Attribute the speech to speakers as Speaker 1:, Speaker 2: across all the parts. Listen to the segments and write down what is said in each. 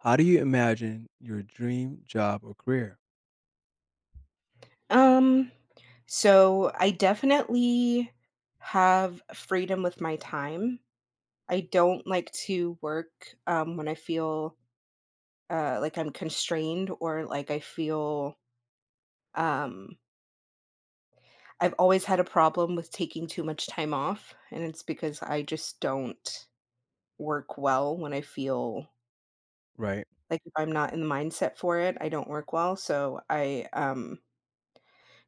Speaker 1: How do you imagine your dream job or career?
Speaker 2: Um, so I definitely have freedom with my time. I don't like to work when I feel like I'm constrained or like I feel. Um, I've always had a problem with taking too much time off, and it's because I just don't work well when I feel
Speaker 1: Right.
Speaker 2: like if I'm not in the mindset for it, I don't work well. So I,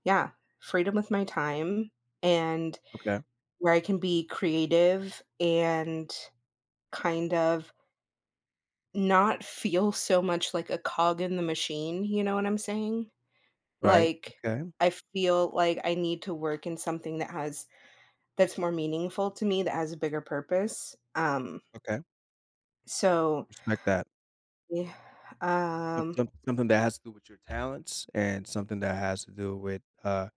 Speaker 2: yeah, freedom with my time. And
Speaker 1: Okay.
Speaker 2: where I can be creative and kind of not feel so much like a cog in the machine, you know what I'm saying?
Speaker 1: Right.
Speaker 2: Like,
Speaker 1: Okay.
Speaker 2: I feel like I need to work in something that has that's more meaningful to me, that has a bigger purpose. Um,
Speaker 1: Okay.
Speaker 2: so
Speaker 1: Respect that.
Speaker 2: yeah, um,
Speaker 1: Something that has to do with your talents and something that has to do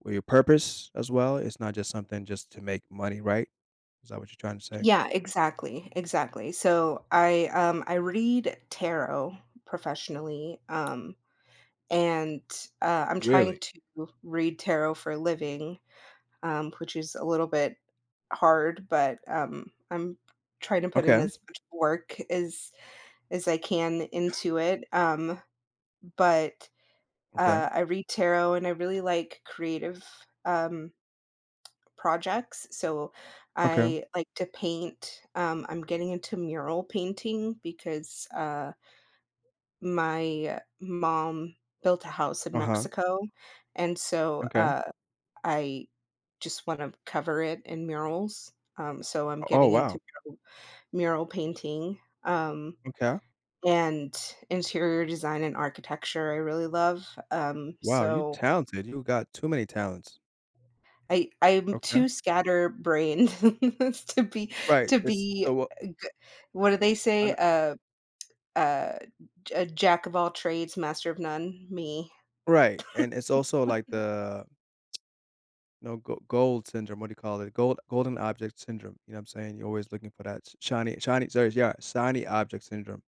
Speaker 1: with your purpose as well. It's not just something just to make money, right? Is that what you're trying to say?
Speaker 2: yeah, exactly, exactly. So I read tarot professionally, and I'm trying
Speaker 1: Really?
Speaker 2: to read tarot for a living, which is a little bit hard. But, I'm trying to put in
Speaker 1: Okay.
Speaker 2: as much work as I can into it. But,
Speaker 1: Okay.
Speaker 2: I read tarot and I really like creative, um, projects, so
Speaker 1: Okay.
Speaker 2: I like to paint. I'm getting into mural painting because, my mom built a house in
Speaker 1: Uh huh.
Speaker 2: Mexico, and so,
Speaker 1: Okay.
Speaker 2: I just wanna cover it in murals. So I'm
Speaker 1: Oh
Speaker 2: getting
Speaker 1: wow.
Speaker 2: into mural mural painting,
Speaker 1: Okay.
Speaker 2: and interior design and architecture I really love. um,
Speaker 1: Wow. You
Speaker 2: so
Speaker 1: talented. You got too many talents.
Speaker 2: I'm
Speaker 1: Okay.
Speaker 2: too scatterbrained to be
Speaker 1: Right.
Speaker 2: to be a g what do they say?
Speaker 1: An-
Speaker 2: A a jack of all trades, master of none, me.
Speaker 1: Right. And it's also like the no, go gold syndrome, what do you call it? Golden object syndrome, you know what I'm saying? You're always looking for that shiny object syndrome.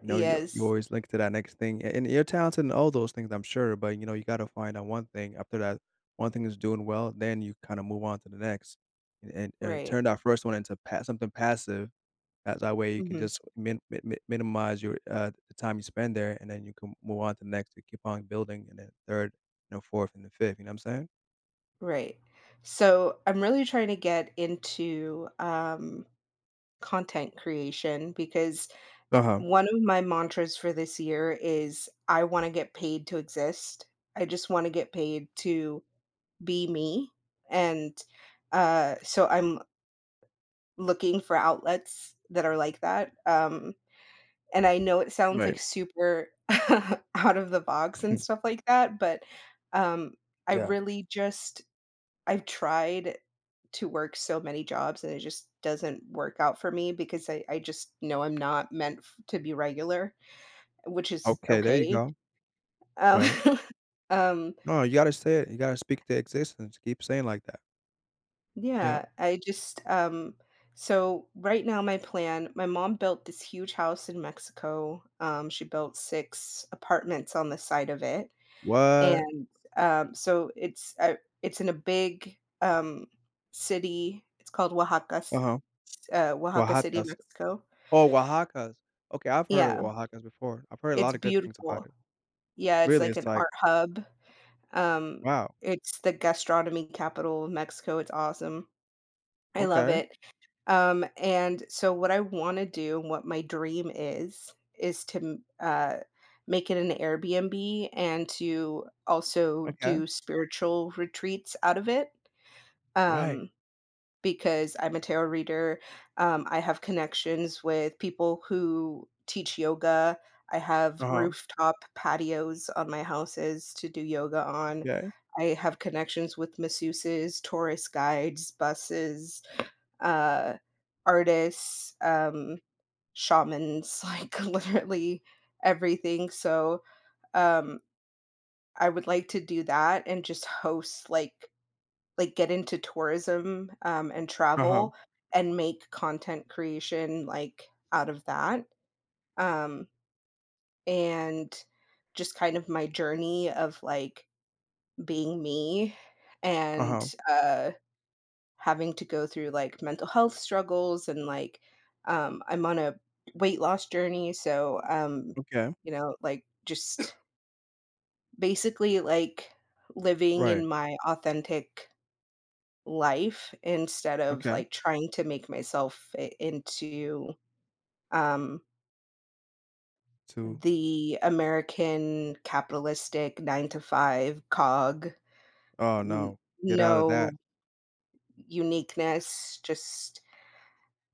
Speaker 1: You know, you
Speaker 2: Yes,
Speaker 1: always link to that next thing, a and you're talented in all those things, I'm sure, but, you know, you gotta find out one thing. After that one thing is doing well, then you kinda move on to the next, and
Speaker 2: right.
Speaker 1: turn that first one into pa something passive, that that way you can
Speaker 2: Mhm,
Speaker 1: just min mi mi minimize the time you spend there, and then you can move on to the next, you keep on building, and then 3rd, you know, 4th, and the 5th, you know what I'm saying?
Speaker 2: right. So, I'm really trying to get into, content creation because
Speaker 1: Uh-huh,
Speaker 2: one of my mantras for this year is I wanna get paid to exist. I just wanna get paid to be me, and, so I'm looking for outlets that are like that. And I know it sounds,
Speaker 1: right.
Speaker 2: like, super out of the box and stuff like that. Um, I
Speaker 1: Yeah.
Speaker 2: really just I've tried to work so many jobs, and it just doesn't work out for me because I just know I'm not meant f to be regular, which is
Speaker 1: Okay, there you
Speaker 2: okay.
Speaker 1: go.
Speaker 2: Um,
Speaker 1: Right.
Speaker 2: um,
Speaker 1: No, you gotta say it. You gotta speak to existence. Keep saying like that. Yeah.
Speaker 2: yeah, I just, so right now, my mom built this huge house in Mexico. She built six apartments on the side of it.
Speaker 1: What?
Speaker 2: And, um, so it's a it's in a big, city. It's called
Speaker 1: Uh-huh.
Speaker 2: Oaxaca City,
Speaker 1: Oaxacas.
Speaker 2: Mexico.
Speaker 1: Oh, Oaxacas. Okay, I've heard of
Speaker 2: Yeah,
Speaker 1: Oaxacas before. I've heard a lot
Speaker 2: it's
Speaker 1: of good things about
Speaker 2: beautiful.
Speaker 1: it.
Speaker 2: Yeah, it's
Speaker 1: Really,
Speaker 2: like
Speaker 1: it's
Speaker 2: an
Speaker 1: like,
Speaker 2: art hub. Um,
Speaker 1: wow.
Speaker 2: it's the gastronomy capital of Mexico, it's awesome. I love
Speaker 1: Okay.
Speaker 2: it. And so what I wanna do and what my dream is to, m make it an Airbnb and to also
Speaker 1: Okay.
Speaker 2: do spiritual retreats out of it.
Speaker 1: Right.
Speaker 2: um, because I'm a tarot reader. I have connections with people who teach yoga. I have
Speaker 1: Uh-huh.
Speaker 2: rooftop patios on my houses to do yoga on.
Speaker 1: Okay.
Speaker 2: I have connections with masseuses, tourist guides, buses, uh, artists, shamans, like literally everything. So um, I would like to do that and just host like, get into tourism, and
Speaker 1: Uh-huh.
Speaker 2: travel and make content creation, like, out of that, um, and just kind of my journey of, like, being me
Speaker 1: Uh-huh.
Speaker 2: and, having to go through, like, mental health struggles and, like, I'm on a weight loss journey.
Speaker 1: Okay.
Speaker 2: You know, like, just basically, like, living
Speaker 1: Right.
Speaker 2: in my authentic life instead of,
Speaker 1: Okay.
Speaker 2: like, trying to make myself fit into, um,
Speaker 1: To
Speaker 2: the American capitalistic 9 to 5 cog.
Speaker 1: oh
Speaker 2: N
Speaker 1: no. Get out of that.
Speaker 2: no uniqueness, just,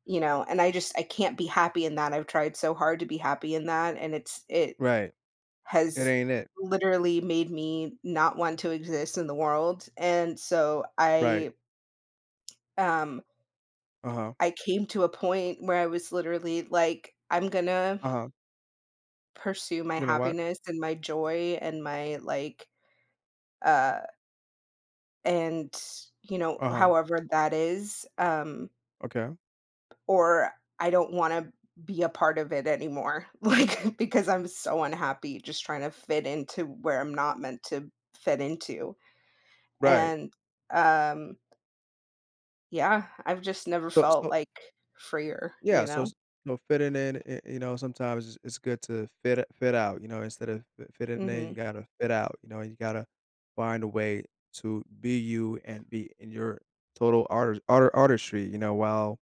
Speaker 2: and I can't be happy in that. I've tried so hard to be happy in that, and it
Speaker 1: Right. It
Speaker 2: has
Speaker 1: ain't it.
Speaker 2: literally made me not want to exist in the world. And so
Speaker 1: Right.
Speaker 2: um
Speaker 1: Uh-huh.
Speaker 2: I came to a point where I was literally like, "I'm gonna
Speaker 1: Uh-huh.
Speaker 2: pursue my
Speaker 1: You know what?
Speaker 2: happiness and my joy and my like, uh and
Speaker 1: Uh-huh.
Speaker 2: however that is,
Speaker 1: Okay.
Speaker 2: or I don't want to be a part of it anymore." Like, because I'm so unhappy just trying to fit into where I'm not meant to fit into.
Speaker 1: Right.
Speaker 2: And um yeah, I've just never
Speaker 1: So
Speaker 2: felt
Speaker 1: so
Speaker 2: like freer,
Speaker 1: Yeah,
Speaker 2: you
Speaker 1: so
Speaker 2: know?
Speaker 1: it's you know, fitting in, I you know, sometimes it's good to fit out, you know, instead of fi fitting in, you
Speaker 2: Mhm.
Speaker 1: gotta fit out, you know, you gotta find a way to be you and be in your total artistry, you know, while,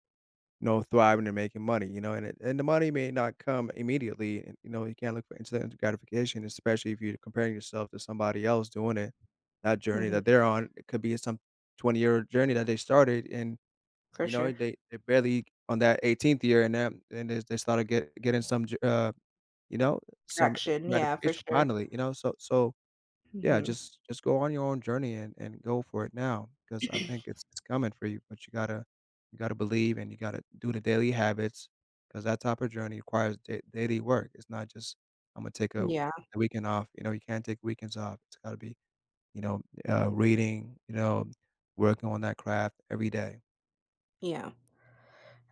Speaker 1: you know, thriving and making money, you know, and it and the money may not come immediately, and, you know, you can't look for instant gratification, especially if you're comparing yourself to somebody else doing it. That journey that
Speaker 2: Mhm.
Speaker 1: they're on, it could be some 20-year journey that they started and
Speaker 2: For
Speaker 1: you know,
Speaker 2: sure.
Speaker 1: they barely on that 18th year and then and they started getting some j you know, some I
Speaker 2: Traction. Yeah, for
Speaker 1: gratification
Speaker 2: sure.
Speaker 1: finally, you know? So so, yeah,
Speaker 2: Mhm.
Speaker 1: just go on your own journey and go for it now, because I think it's coming for you, but you gotta believe and you gotta do the daily habits, because that type of journey requires da daily work. It's not just, "Imma take
Speaker 2: Yeah,
Speaker 1: a weekend off." You know, you can't take weekends off. It's gotta be, you know, reading, you know, working on that craft every day.
Speaker 2: yeah.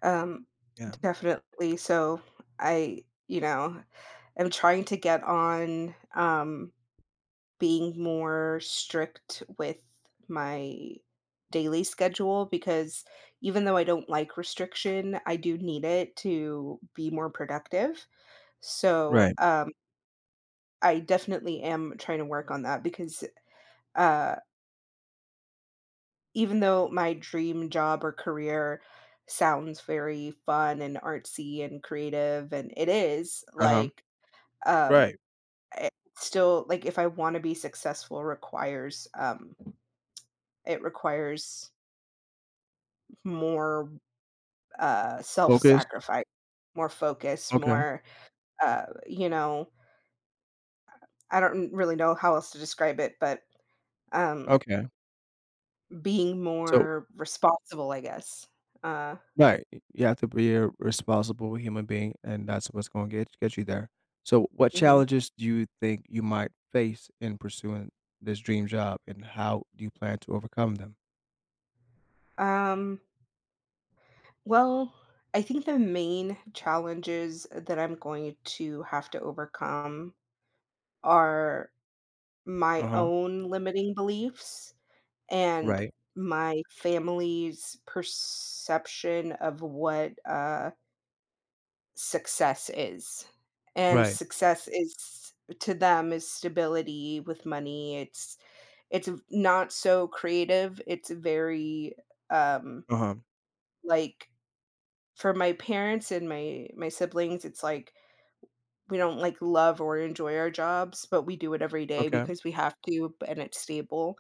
Speaker 2: Um,
Speaker 1: Yeah.
Speaker 2: Definitely. So I, you know, am trying to get on, being more strict with my daily schedule because even though I don't like restriction, I do need it to be more productive. So,
Speaker 1: Right.
Speaker 2: I definitely am trying to work on that because, uh even though my dream job or career sounds very fun and artsy and creative, and it is,
Speaker 1: Uh-huh.
Speaker 2: like, um,
Speaker 1: Right.
Speaker 2: it still, like, if I wanna be successful it requires more,
Speaker 1: Focus.
Speaker 2: self-sacrifice, more focus,
Speaker 1: Okay.
Speaker 2: more, you know, I don't really know how else to describe it, but, um,
Speaker 1: Okay.
Speaker 2: being
Speaker 1: So
Speaker 2: more responsible, I guess. Uh,
Speaker 1: right, y you have to be a responsible human being, and that's what's gonna get you there. So what
Speaker 2: mhm.
Speaker 1: challenges do you think you might face in pursuing this dream job, and how do you plan to overcome them?
Speaker 2: Um Well, I think the main challenges that I'm going to have to overcome are my
Speaker 1: Uh-huh.
Speaker 2: own limiting beliefs and
Speaker 1: Right.
Speaker 2: my family's perception of what, success is. And
Speaker 1: Right.
Speaker 2: success is to them is stability with money. It's not so creative. It's very um,
Speaker 1: Uh-huh.
Speaker 2: like, for my parents and my siblings, it's like we don't like love or enjoy our jobs, but we do it every day
Speaker 1: Okay.
Speaker 2: because we have to and it's stable.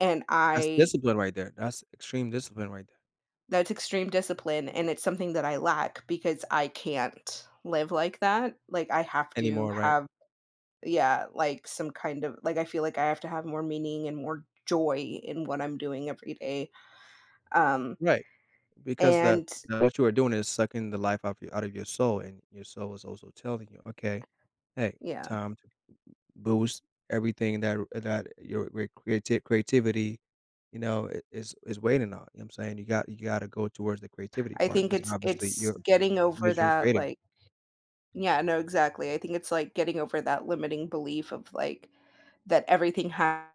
Speaker 2: And
Speaker 1: That's
Speaker 2: I
Speaker 1: discipline right there. That's extreme discipline right there.
Speaker 2: That's extreme discipline and it's something that I lack because I can't live like that. Like I have to
Speaker 1: Anymore, right?
Speaker 2: have, yeah, like some kind of, like, I feel like I have to have more meaning and more joy in what I'm doing every day. Um
Speaker 1: Right. Because
Speaker 2: and
Speaker 1: that what you are doing is sucking the life out of you out of your soul, and your soul is also telling you, "Okay, hey,
Speaker 2: yeah,
Speaker 1: time boost everything that that your creative creativity, you know, is waiting on. You know what I'm saying? You got you gotta go towards the creativity
Speaker 2: I
Speaker 1: part
Speaker 2: think
Speaker 1: because
Speaker 2: it's
Speaker 1: obviously
Speaker 2: it's
Speaker 1: you're
Speaker 2: getting over
Speaker 1: major
Speaker 2: that,
Speaker 1: creative.
Speaker 2: like. Yeah, no, exactly. I think it's like getting over that limiting belief of, like, that everything has,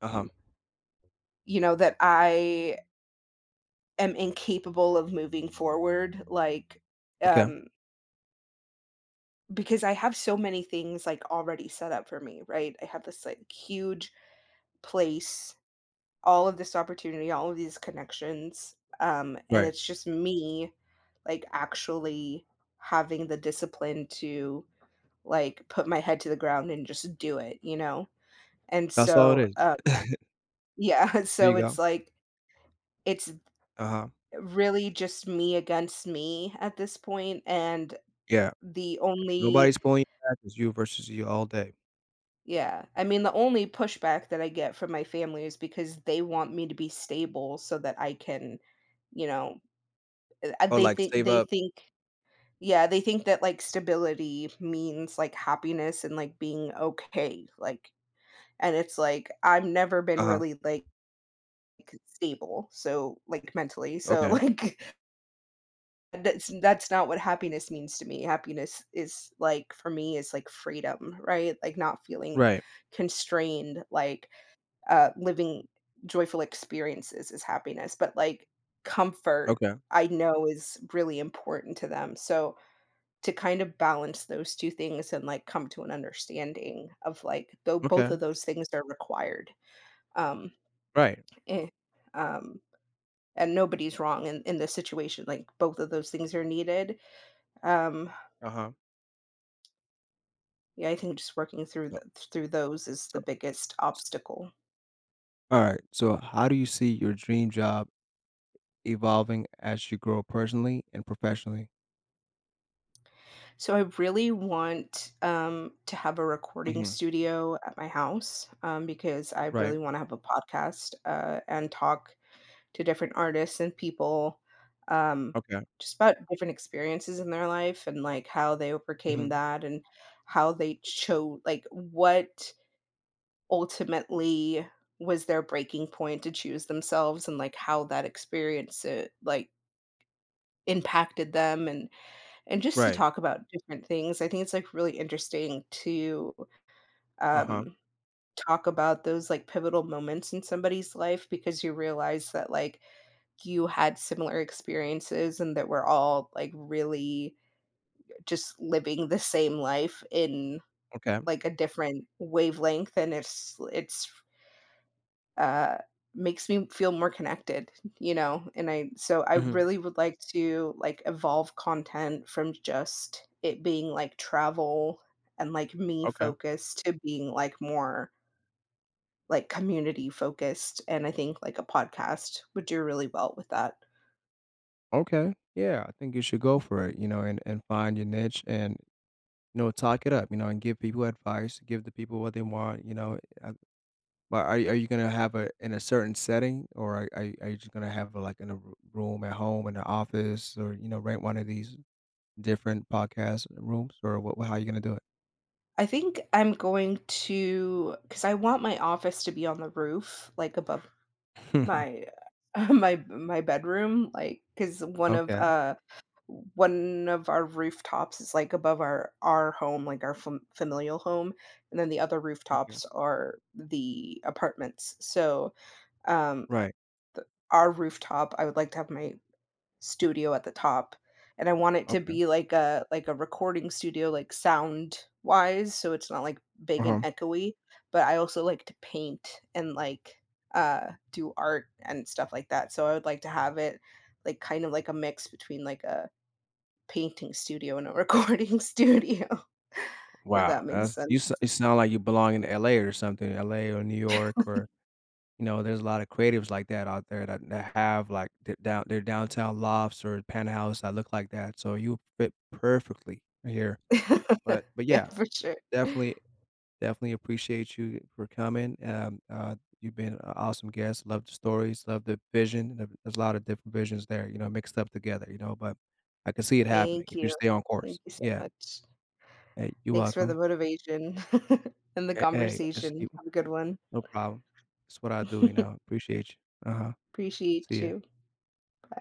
Speaker 1: Uh-huh.
Speaker 2: you know, that I am incapable of moving forward, like,
Speaker 1: Okay.
Speaker 2: um, because I have so many things like already set up for me, right? I have this, like, huge place, all of this opportunity, all of these connections, and
Speaker 1: Right.
Speaker 2: it's just me, like, actually having the discipline to, like, put my head to the ground and just do it, you know? And
Speaker 1: That's all
Speaker 2: so,
Speaker 1: it is.
Speaker 2: yeah,
Speaker 1: There
Speaker 2: so
Speaker 1: you go.
Speaker 2: it's like, it's
Speaker 1: Uh-huh.
Speaker 2: really just me against me at this point. And
Speaker 1: Yeah.
Speaker 2: the only
Speaker 1: Nobody's pulling you back. It's you versus you all day.
Speaker 2: Yeah, I mean, the only pushback that I get from my family is because they want me to be stable so that I can, you know,
Speaker 1: Oh, like save
Speaker 2: they
Speaker 1: up.
Speaker 2: think yeah, they think that, like, stability means, like, happiness and, like, being okay, like. And it's like, I've never been
Speaker 1: Uh-huh.
Speaker 2: really, like, stable, so, like, mentally, so,
Speaker 1: Okay.
Speaker 2: like, that's not what happiness means to me. Happiness is, like, for me is, like, freedom, right? Like not feeling
Speaker 1: Right.
Speaker 2: constrained, like, living joyful experiences is happiness. But, like, comfort
Speaker 1: Okay.
Speaker 2: I know is really important to them. So, to kind of balance those two things and, like, come to an understanding of, like, though both
Speaker 1: Okay.
Speaker 2: of those things are required. Um,
Speaker 1: Right.
Speaker 2: eh, um, and nobody's wrong in this situation, like, both of those things are needed. Um
Speaker 1: Uh-huh.
Speaker 2: Yeah, I think just working through
Speaker 1: So,
Speaker 2: the through those is
Speaker 1: so,
Speaker 2: the biggest
Speaker 1: so
Speaker 2: obstacle.
Speaker 1: all right. So how do you see your dream job evolving as you grow personally and professionally?
Speaker 2: So I really want, to have a recording
Speaker 1: Mhm.
Speaker 2: studio at my house, because I
Speaker 1: Right.
Speaker 2: really want to have a podcast, and talk to different artists and people, um,
Speaker 1: Okay.
Speaker 2: just about different experiences in their life and like how they overcame
Speaker 1: Mhm.
Speaker 2: that and how they chose like what ultimately was their breaking point to choose themselves and like how that experience, like, impacted them and just to
Speaker 1: Right.
Speaker 2: talk about different things. I think it's, like, really interesting to,
Speaker 1: Uh-huh.
Speaker 2: um, talk about those, like, pivotal moments in somebody's life because you realize that, like, you had similar experiences and that we're all, like, really just living the same life in,
Speaker 1: Okay.
Speaker 2: like, a different wavelength, and it's uh, makes me feel more connected, you know? And I so I
Speaker 1: Mhm.
Speaker 2: really would like to, like, evolve content from just it being, like, travel and, like, me
Speaker 1: Okay.
Speaker 2: focused to being, like, more, like, community focused. And I think, like, a podcast would do really well with that.
Speaker 1: Okay. Yeah, I think you should go for it, you know, and find your niche and, you know, talk it up, you know, and give people advice, give the people what they want, you know. But are you gonna have a in a certain setting, or are you just gonna have a, like in a room at home, in the office, or you know, rent one of these different podcast rooms, or what? How are you gonna do it?
Speaker 2: I think I'm going to, cause I want my office to be on the roof, like, above my my bedroom. Like, cause
Speaker 1: Okay.
Speaker 2: one of our rooftops is, like, above our home, like, our familial home, and then the other
Speaker 1: Okay.
Speaker 2: rooftops are the apartments. So, um,
Speaker 1: Right.
Speaker 2: our rooftop, I would like to have my studio at the top, and I want it to
Speaker 1: Okay.
Speaker 2: be like a recording studio, like, sound-wise, so it's not, like, big and
Speaker 1: Uh-huh.
Speaker 2: echoey. But I also like to paint and, like, do art and stuff like that, so I would like to have it, like, kind of like a mix between, like, a painting studio and a recording studio, if
Speaker 1: Wow,
Speaker 2: that makes
Speaker 1: that's
Speaker 2: sense.
Speaker 1: you sound like you belong in LA or something, LA or New York or, you know, there's a lot of creatives like that out there that that have, like, their downtown lofts or penthouse that look like that, so you fit perfectly here. But,
Speaker 2: Yeah,
Speaker 1: yeah,
Speaker 2: for sure.
Speaker 1: definitely definitely appreciate you for coming, you've been a awesome guest, love the stories, love the vision, th there's a lot of different visions there, you know, mixed up together, you know, but I can see it happening
Speaker 2: Thank
Speaker 1: if you
Speaker 2: you.
Speaker 1: stay on course.
Speaker 2: Thank you so
Speaker 1: Yeah.
Speaker 2: much.
Speaker 1: Hey, you're
Speaker 2: Thanks for the
Speaker 1: welcome.
Speaker 2: motivation and the
Speaker 1: Hey hey, just
Speaker 2: conversation.
Speaker 1: keep
Speaker 2: Have a good one.
Speaker 1: no problem. It's what I do, you know. Appreciate you. Uh-huh.
Speaker 2: Appreciate
Speaker 1: See ya.
Speaker 2: you. Bye.